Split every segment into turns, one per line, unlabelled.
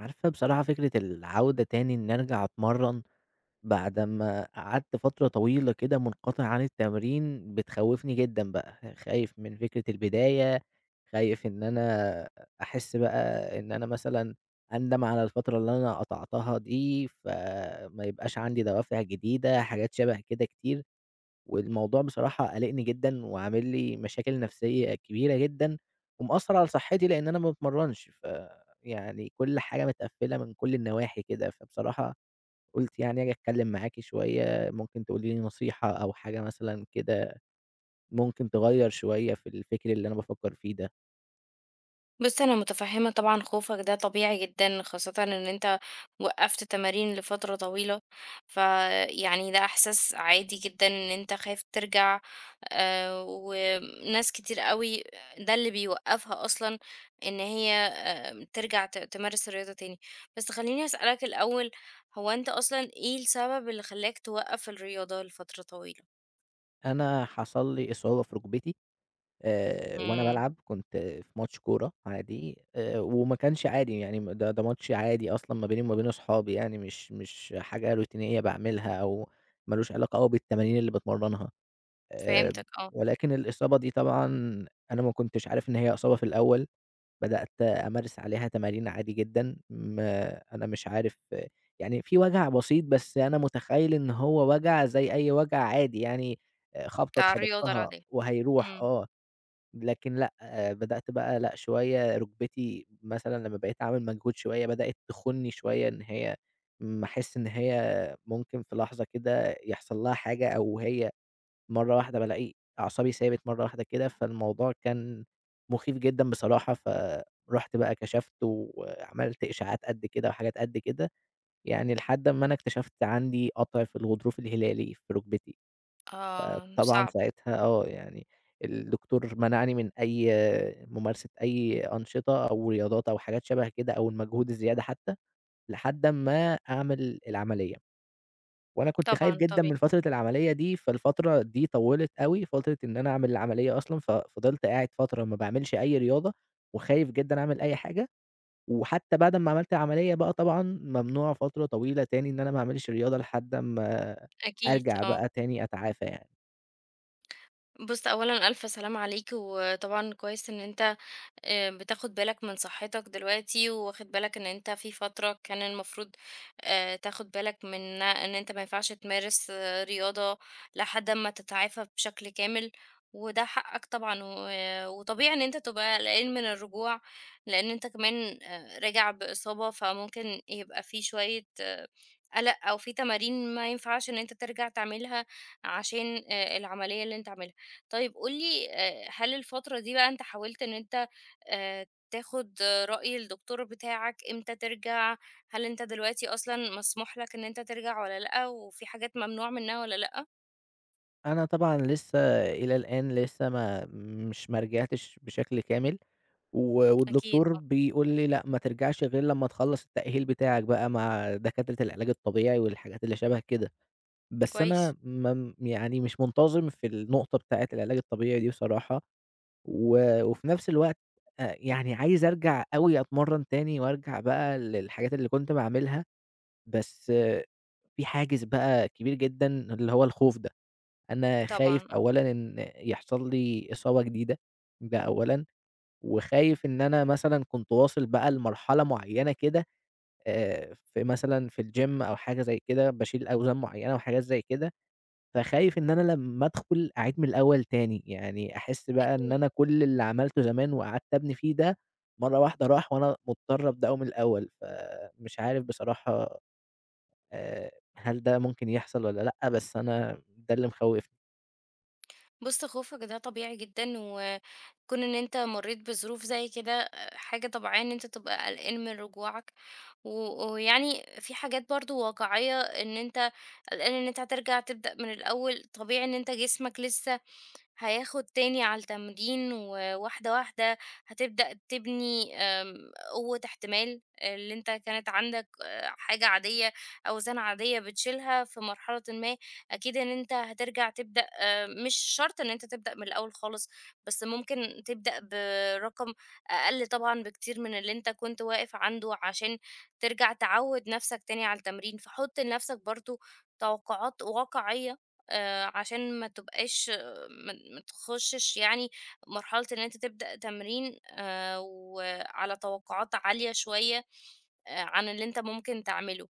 عارفة بصراحة فكرة العودة تاني إن أرجع أتمرّن بعد أمّا قعدت فترة طويلة كده منقطع عن التمرين بتخوّفني جدًا بقى، خايف من فكرة البداية، خايف إن أنا أحس بقى إن أنا مثلًا أندم على الفترة اللي أنا قطعتها دي، فما يبقاش عندي دوافع جديدة، حاجات شبه كده كتير. والموضوع بصراحة قلقني جدًا وعامل لي مشاكل نفسية كبيرة جدًا، ومأثّر على صحّتي لإن أنا ما باتمرّنش، فيعني كل حاجة متقفّلة من كل النواحي كده، فبصراحة قُلت يعني آجي أتكلّم معاكِ شوية، ممكن تقولي لي نصيحة أو حاجة مثلًا كده ممكن تغيّر شوية في الفكر اللي أنا بافكّر فيه ده.
بُص، أنا متفهمة طبعًا خوفك ده طبيعي جدًا، خاصةً إن أنت وقّفت تمارين لفترة طويلة، فيعني ده إحساس عادي جدًا إن أنت خايف ترجع، وناس كتير أوي ده اللي بيوقّفها أصلًا إن هي ترجع تمارس الرياضة تاني. بس خلّيني أسألك الأول، هو أنت أصلًا إيه السبب اللي خلّاك توقّف الرياضة لفترة طويلة؟
أنا حصل لي إصابة في رُكبتي وأنا
إمم،
بالعب، كنت في ماتش كورة عادي. وما كانش عادي يعني، ده ماتش عادي أصلًا ما بيني وما بين أصحابي، يعني مش حاجة روتينية باعملها، أو ما لوش علاقة أوي بالتمارين اللي باتمرّنها. آآ
فهمتك آه،
ولكن الإصابة دي طبعًا أنا ما كنتش عارف إن هي إصابة في الأول. بدأت أمارس عليها تمارين عادي جدًا، ما أنا مش عارف، يعني في وجع بسيط، بس أنا متخيّل إن هو وجع زي أي وجع عادي، يعني خبطة
بتاع الرياضة
اتخبطتها
العادية،
وهيروح
إمم،
آه. لكن لأ، بدأت بقى، لأ، شوية رُكبتي مثلًا لمّا بقيت أعمل مجهود شوية بدأت تخُنّي شوية، إن هي أحس إن هي ممكن في لحظة كده يحصل لها حاجة، أو هي مرّة واحدة بالاقي أعصابي سابت مرّة واحدة كده. فالموضوع كان مخيف جدًا بصراحة، فرُحت بقى كشفت وعملت إشاعات قد كده وحاجات قد كده، يعني لحد أمّا أنا اكتشفت عندي قطع في الغضروف الهلالي في رُكبتي.
آه،
فطبعًا
صعب،
ساعتها يعني الدكتور منعني من أي ممارسة، أي أنشطة أو رياضات أو حاجات شبه كده، أو المجهود الزيادة حتى، لحد أمّا أعمل العملية. وأنا كنت خايف
طبعًا،
جدًا
طبيعي.
من فترة العملية دي، فالفترة دي طوّلت أوي، فترة إن أنا أعمل العملية أصلًا، ففضلت قاعد فترة ما باعملش أي رياضة، وخايف جدًا أعمل أي حاجة. وحتى بعد أمّا عملت العملية بقى طبعًا ممنوع فترة طويلة تاني إن أنا ما أعملش رياضة، لحد أمّا
أكيد
أرجع
آه.
بقى تاني أتعافى يعني.
بُص، أولًا ألف سلامة عليك، وطبعًا كويس إن أنت بتاخد بالك من صحتك دلوقتي، واخد بالك إن أنت في فترة كان المفروض تاخد بالك من إن أنت ما ينفعش تمارس آه، رياضة لحد أمّا تتعافى بشكل كامل، وده حقك طبعًا، و وطبيعي إن أنت تبقى قلقان من الرجوع، لإن أنت كمان راجع بإصابة، فممكن يبقى في شوية آه، قلق أو في تمارين ما ينفعش إن أنت ترجع تعملها عشان العملية اللي أنت عملتها. طيب قُل لي هل الفترة دي بقى أنت حاولت إن أنت آآ تاخد رأي الدكتور بتاعك إمتى ترجع؟ هل أنت دلوقتي أصلًا مسموح لك إن أنت ترجع والّا لأ، وفي حاجات ممنوع منها والّا لأ؟
أنا طبعًا لسه إلى الآن، لسه ما رجعتش بشكل كامل، و
أكيد
والدكتور
آه،
بيقول لي لأ، ما ترجعش غير لمّا تخلّص التأهيل بتاعك بقى مع دكاترة العلاج الطبيعي والحاجات اللي شبه كده، بس
كويس،
أنا ما يعني مش منتظم في النقطة بتاعة العلاج الطبيعي دي بصراحة، وفي نفس الوقت يعني عايز أرجع أوي أتمرّن تاني وأرجع بقى للحاجات اللي كنت باعملها، بس في حاجز بقى كبير جدًا اللي هو الخوف ده. أنا خايف
طبعًا آه،
أولًا إن يحصل لي إصابة جديدة، ده أولًا، وخايف إن أنا مثلًا كنت واصل بقى لمرحلة معيّنة كده، في مثلًا في الgym أو حاجة زي كده، باشيل أوزان معيّنة وحاجات زي كده، فخايف إن أنا لمّا أدخل أعيد من الأول تاني، يعني أحس بقى إن
أكيد.
أنا كل اللي عملته زمان وقعدت أبني فيه ده، مرّة واحدة راح، وأنا مضطر أبدأه من الأول، فمش عارف بصراحة آآ، هل ده ممكن يحصل والّا لأ؟ بس أنا ده اللي مخوّفني.
بُص خوفك ده طبيعي جدًا، وكون إن أنت مريت بظروف زي كده حاجة طبيعية إن أنت تبقى قلقان من رجوعك، و ويعني في حاجات برضه واقعية إن أنت قلقان إن أنت هترجع تبدأ من الأول، طبيعي إن أنت جسمك لسه هياخد تاني على التمرين، وواحدة واحدة هتبدأ تبني آمم، قوة احتمال اللي أنت كانت عندك حاجة عادية، أوزان عادية بتشيلها في مرحلةٍ ما، أكيد إن أنت هترجع تبدأ مش شرط إن أنت تبدأ من الأول خالص، بس ممكن تبدأ برقم أقل طبعًا بكتير من اللي أنت كنت واقف عنده، عشان ترجع تعوّد نفسك تاني على التمرين، فحُط لنفسك برضه توقعات واقعية عشان ما تبقاش ما تخشش يعني مرحلة إن أنت تبدأ تمرين وعلى توقعات عالية شوية عن اللي أنت ممكن تعمله.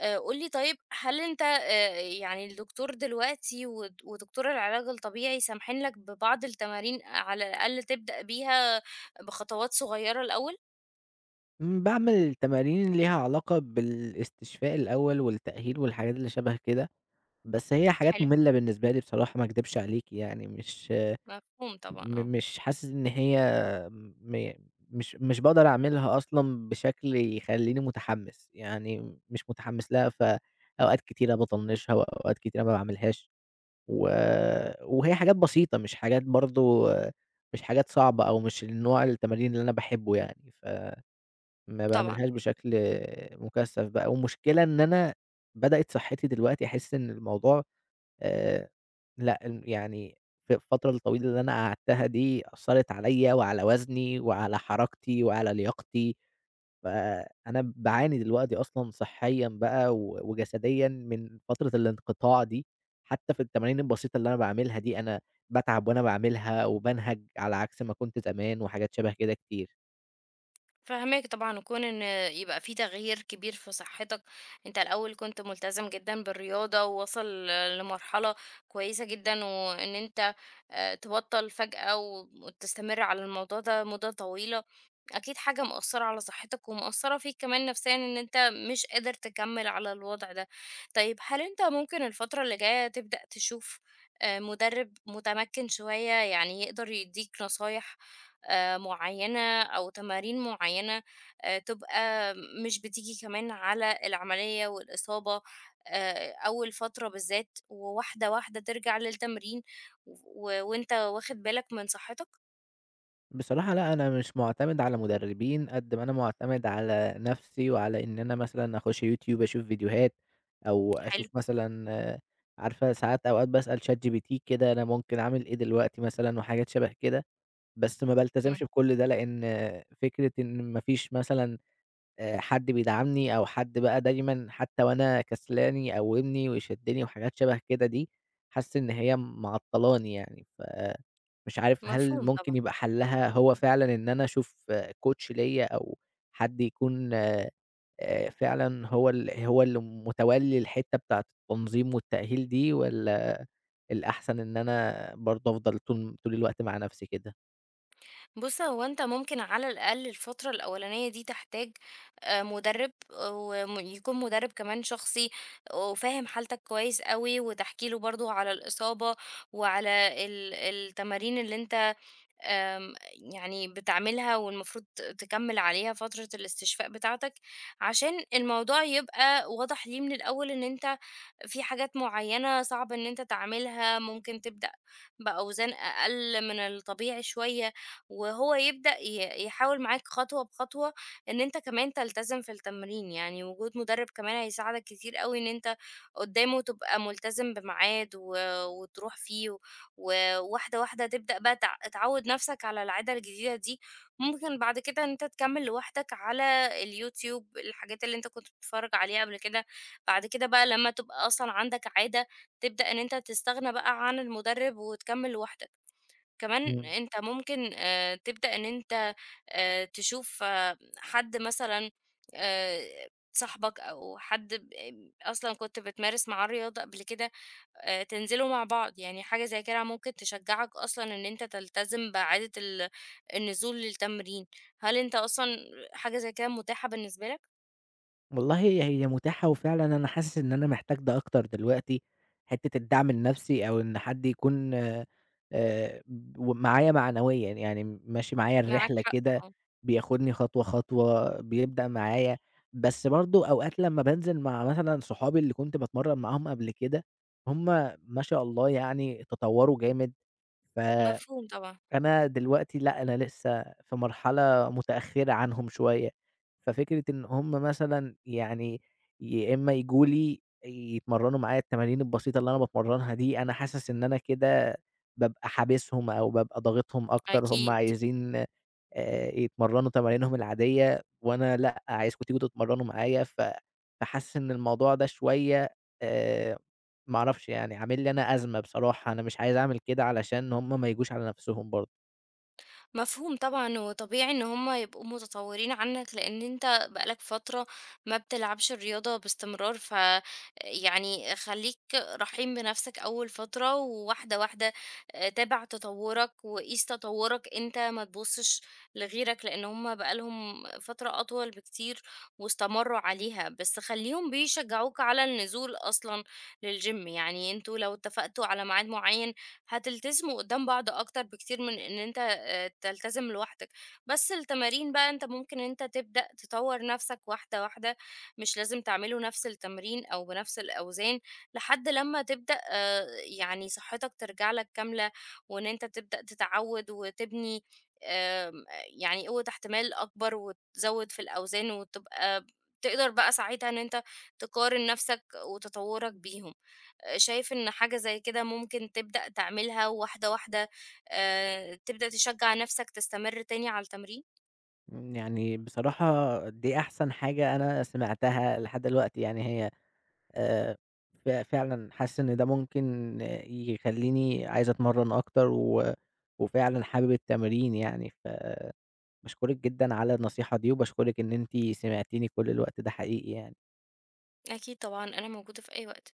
قُل لي طيب هل أنت يعني الدكتور دلوقتي ودكتور العلاج الطبيعي سامحين لك ببعض التمارين على الأقل تبدأ بيها بخطوات صغيرة الأول؟
باعمل تمارين ليها علاقة بالاستشفاء الأول والتأهيل والحاجات اللي شَبه كده، بس هي حاجات
حلو،
مُملّة بالنسبة لي بصراحة، ما اكدبش عليكِ يعني،
مفهوم طبعًا، آه،
مش حاسس إن هي م مش مش باقدر أعملها أصلًا بشكل يخلّيني متحمّس، يعني مش متحمّس لها، فأوقات كتيرة باطنّشها وأوقات كتيرة ما باعملهاش، و وهي حاجات بسيطة، مش حاجات برضه مش حاجات صعبة، أو مش النوع التمارين اللي أنا باحبه، يعني ف ما
طبعًا.
باعملهاش بشكل مُكثَّف بقى. والمشكلة إن أنا بدأت صحّتي دلوقتي أحس إن الموضوع، آآ لأ، يعني في الفترة الطويلة اللي أنا قعدتها دي أثّرت عليّا وعلى وزني وعلى حركتي وعلى لياقتي، فأنا باعاني دلوقتي أصلًا صحيًا بقى وجسديًا من فترة الانقطاع دي، حتى في التمارين البسيطة اللي أنا باعملها دي أنا باتعب وأنا باعملها وبانهج على عكس ما كنت زمان، وحاجات شبه كده كتير.
فاهماك طبعًا، وكون إن يبقى في تغيير كبير في صحتك، أنت الأول كنت ملتزم جدًا بالرياضة، وواصل لمرحلة كويسة جدًا، وإن أنت تبطّل فجأة و وتستمر على الموضوع ده مدة طويلة، أكيد حاجة مأثّرة على صحتك، ومأثّرة فيك كمان نفسيًا إن أنت مش قادر تكمّل على الوضع ده. طيب هل أنت ممكن الفترة اللي جاية تبدأ تشوف مدرب متمكن شوية، يعني يقدر يدّيك نصايح معيّنة أو تمارين معيّنة تبقى مش بتيجي كمان على العملية والإصابة أول فترة بالذات، وواحدة، واحدة ترجع للتمرين و و- وأنت واخد بالك من صحّتك؟
بصراحة لأ، أنا مش مُعتمد على مُدرّبين قد ما أنا مُعتمد على نَفْسي، وعلى إن أنا مثلًا أخُش يوتيوب أشوف فيديوهات، أو
حلو،
أشوف مثلًا، عارفة، ساعات أوقات باسأل ChatGPT كده أنا ممكن أعمل إيه دلوقتي مثلًا، وحاجات شَبه كده، بس ما بالتزمش
إمم،
بكل ده لإن، فكرة إن ما فيش مثلًا حد بيدعمني أو حد بقى دايمًا حتى وأنا كسلان يقوّمني ويشدّني وحاجات شبه كده دي، حاسس إن هي معطّلاني يعني، ف مش عارف هل
مفهوم طبعًا.
ممكن يبقى حلّها هو فعلًا إن أنا أشوف coach ليّا، أو حد يكون فعلًا هو اللي متولّي الحتّة بتاعة التنظيم والتأهيل دي، والّا الأحسن إن أنا برضه أفضل طول طول الوقت مع نَفْسي كده؟
بُص، هو أنت ممكن على الأقل الفترة الأولانية دي تحتاج مُدرِّب يكون مُدرِّب كمان شخصي وفاهم حالتك كويس أوي وتحكي له برضه على الإصابة وعلى التمارين اللي أنت آمم، يعني بتعملها والمفروض تكمّل عليها فترة الاستشفاء بتاعتك، عشان الموضوع يبقى واضح ليه من الأول إن أنت في حاجات معيّنة صعب إن أنت تعملها، ممكن تبدأ بأوزان أقل من الطبيعي شوية، وهو يبدأ يحاول معاك خطوة بخطوة إن أنت كمان تلتزم في التمرين، يعني وجود مُدرب كمان هيساعدك كتير أوي إن أنت قدّامه تبقى ملتزم بميعاد و وتروح فيه. وواحدة واحدة تبدأ بقى تعوّد نَفْسك على العادة الجديدة دي، ممكن بعد كده إن أنت تكمّل لوحدك على اليوتيوب الحاجات اللي أنت كنت بتتفرّج عليها قبل كده، بعد كده بقى لمّا تبقى أصلًا عندك عادة، تبدأ إن أنت تستغنى بقى عن المُدرِّب وتكمّل لوحدك. كمان
إمم.
أنت ممكن تبدأ إن أنت تشوف آه، حد مثلًا آآ صاحبك أو حد ب آمم، أصلًا كنت بتمارس معاه الرياضة قبل كده، تنزلوا مع بعض، يعني حاجة زي كده ممكن تشجّعك أصلًا إن أنت تلتزم بعادة النزول للتمرين. هل أنت أصلًا حاجة زي كده متاحة بالنسبة لك؟
والله هي متاحة، وفعلًا أنا حاسس إن أنا محتاج ده أكتر دلوقتي، حتّة الدعم النفسي، أو إن حد يكون و معايا معنويًا، يعني ماشي معايا
معاك
الرحلة
حق
كده،
آه،
بياخدني خطوة، خطوة، بيبدأ معايا. بس برضه أوقات لمّا بانزل مع مثلًا صحابي اللي كنت باتمرّن معاهم قبل كده، هم ما شاء الله يعني تطوّروا جامد، ف
مفهوم طبعًا،
أنا دلوقتي لأ، أنا لسه في مرحلة متأخّرة عنهم شوية، ففكرة إن هم مثلًا يعني يا إمّا ييجوا لي يتمرّنوا معايا التمارين البسيطة اللي أنا باتمرّنها دي، أنا حاسس إن أنا كده بابقى حابسهم أو بابقى ضاغطهم أكتر، هم
أكيد.
عايزين يتمرّنوا تمارينهم العادية، وأنا لأ، عايزكم تيجوا تتمرّنوا معايا، فحاسس إن الموضوع ده شوية، آآ ما أعرفش يعني، عامل لي أنا أزمة بصراحة، أنا مش عايز أعمل كده علشان هم ما يجوش على نَفْسهم برضه.
مفهوم طبعًا، وطبيعي إن هم يبقوا متطوّرين عنك، لإن أنت بقى لك فترة ما بتلعبش الرياضة باستمرار، ف يعني خلّيك رحيم بنفسك أول فترة، وواحدة واحدة تابع تطوّرك وقيس تطوّرك أنت، ما تبُصّش لغيرك، لإن هم بقى لهم فترة أطول بكتير واستمرّوا عليها، بس خلّيهم بيشجّعوك على النزول أصلًا للgym، يعني أنتم لو اتفقتوا على ميعاد معيّن هتلتزموا قدام بعض أكتر بكتير من إن أنت تلتزم لوحدك. بس التمارين بقى أنت ممكن أنت تبدأ تطوّر نَفْسك واحدة، واحدة، مش لازم تعملوا نَفْس التمرين أو بنَفْس الأوزان لحد لمّا تبدأ يعني صحّتك ترجع لك كاملة وإن أنت تبدأ تتعوِّد وتبني آمم يعني قوة احتمال أكبر وتزوِّد في الأوزان وتبقى تقدر بقى ساعتها إن أنت تقارن نَفْسك وتطوُّرك بيهم. شايف إن حاجة زي كده ممكن تبدأ تعملها واحدة واحدة تبدأ تشجّع نفسك تستمر تاني على التمرين؟
يعني بصراحة دي أحسن حاجة أنا سمعتها لحد دلوقتي، يعني هي آآ، ف فعلًا حاسس إن ده ممكن، يخلّيني عايز أتمرّن أكتر، وفعلًا حابب التمرين يعني، فباشكرِك جدًا على النصيحة دي، وباشكرِك إن أنتِ سمعتيني كل الوقت ده، حقيقي يعني.
أكيد طبعًا، أنا موجودة في أي وقت.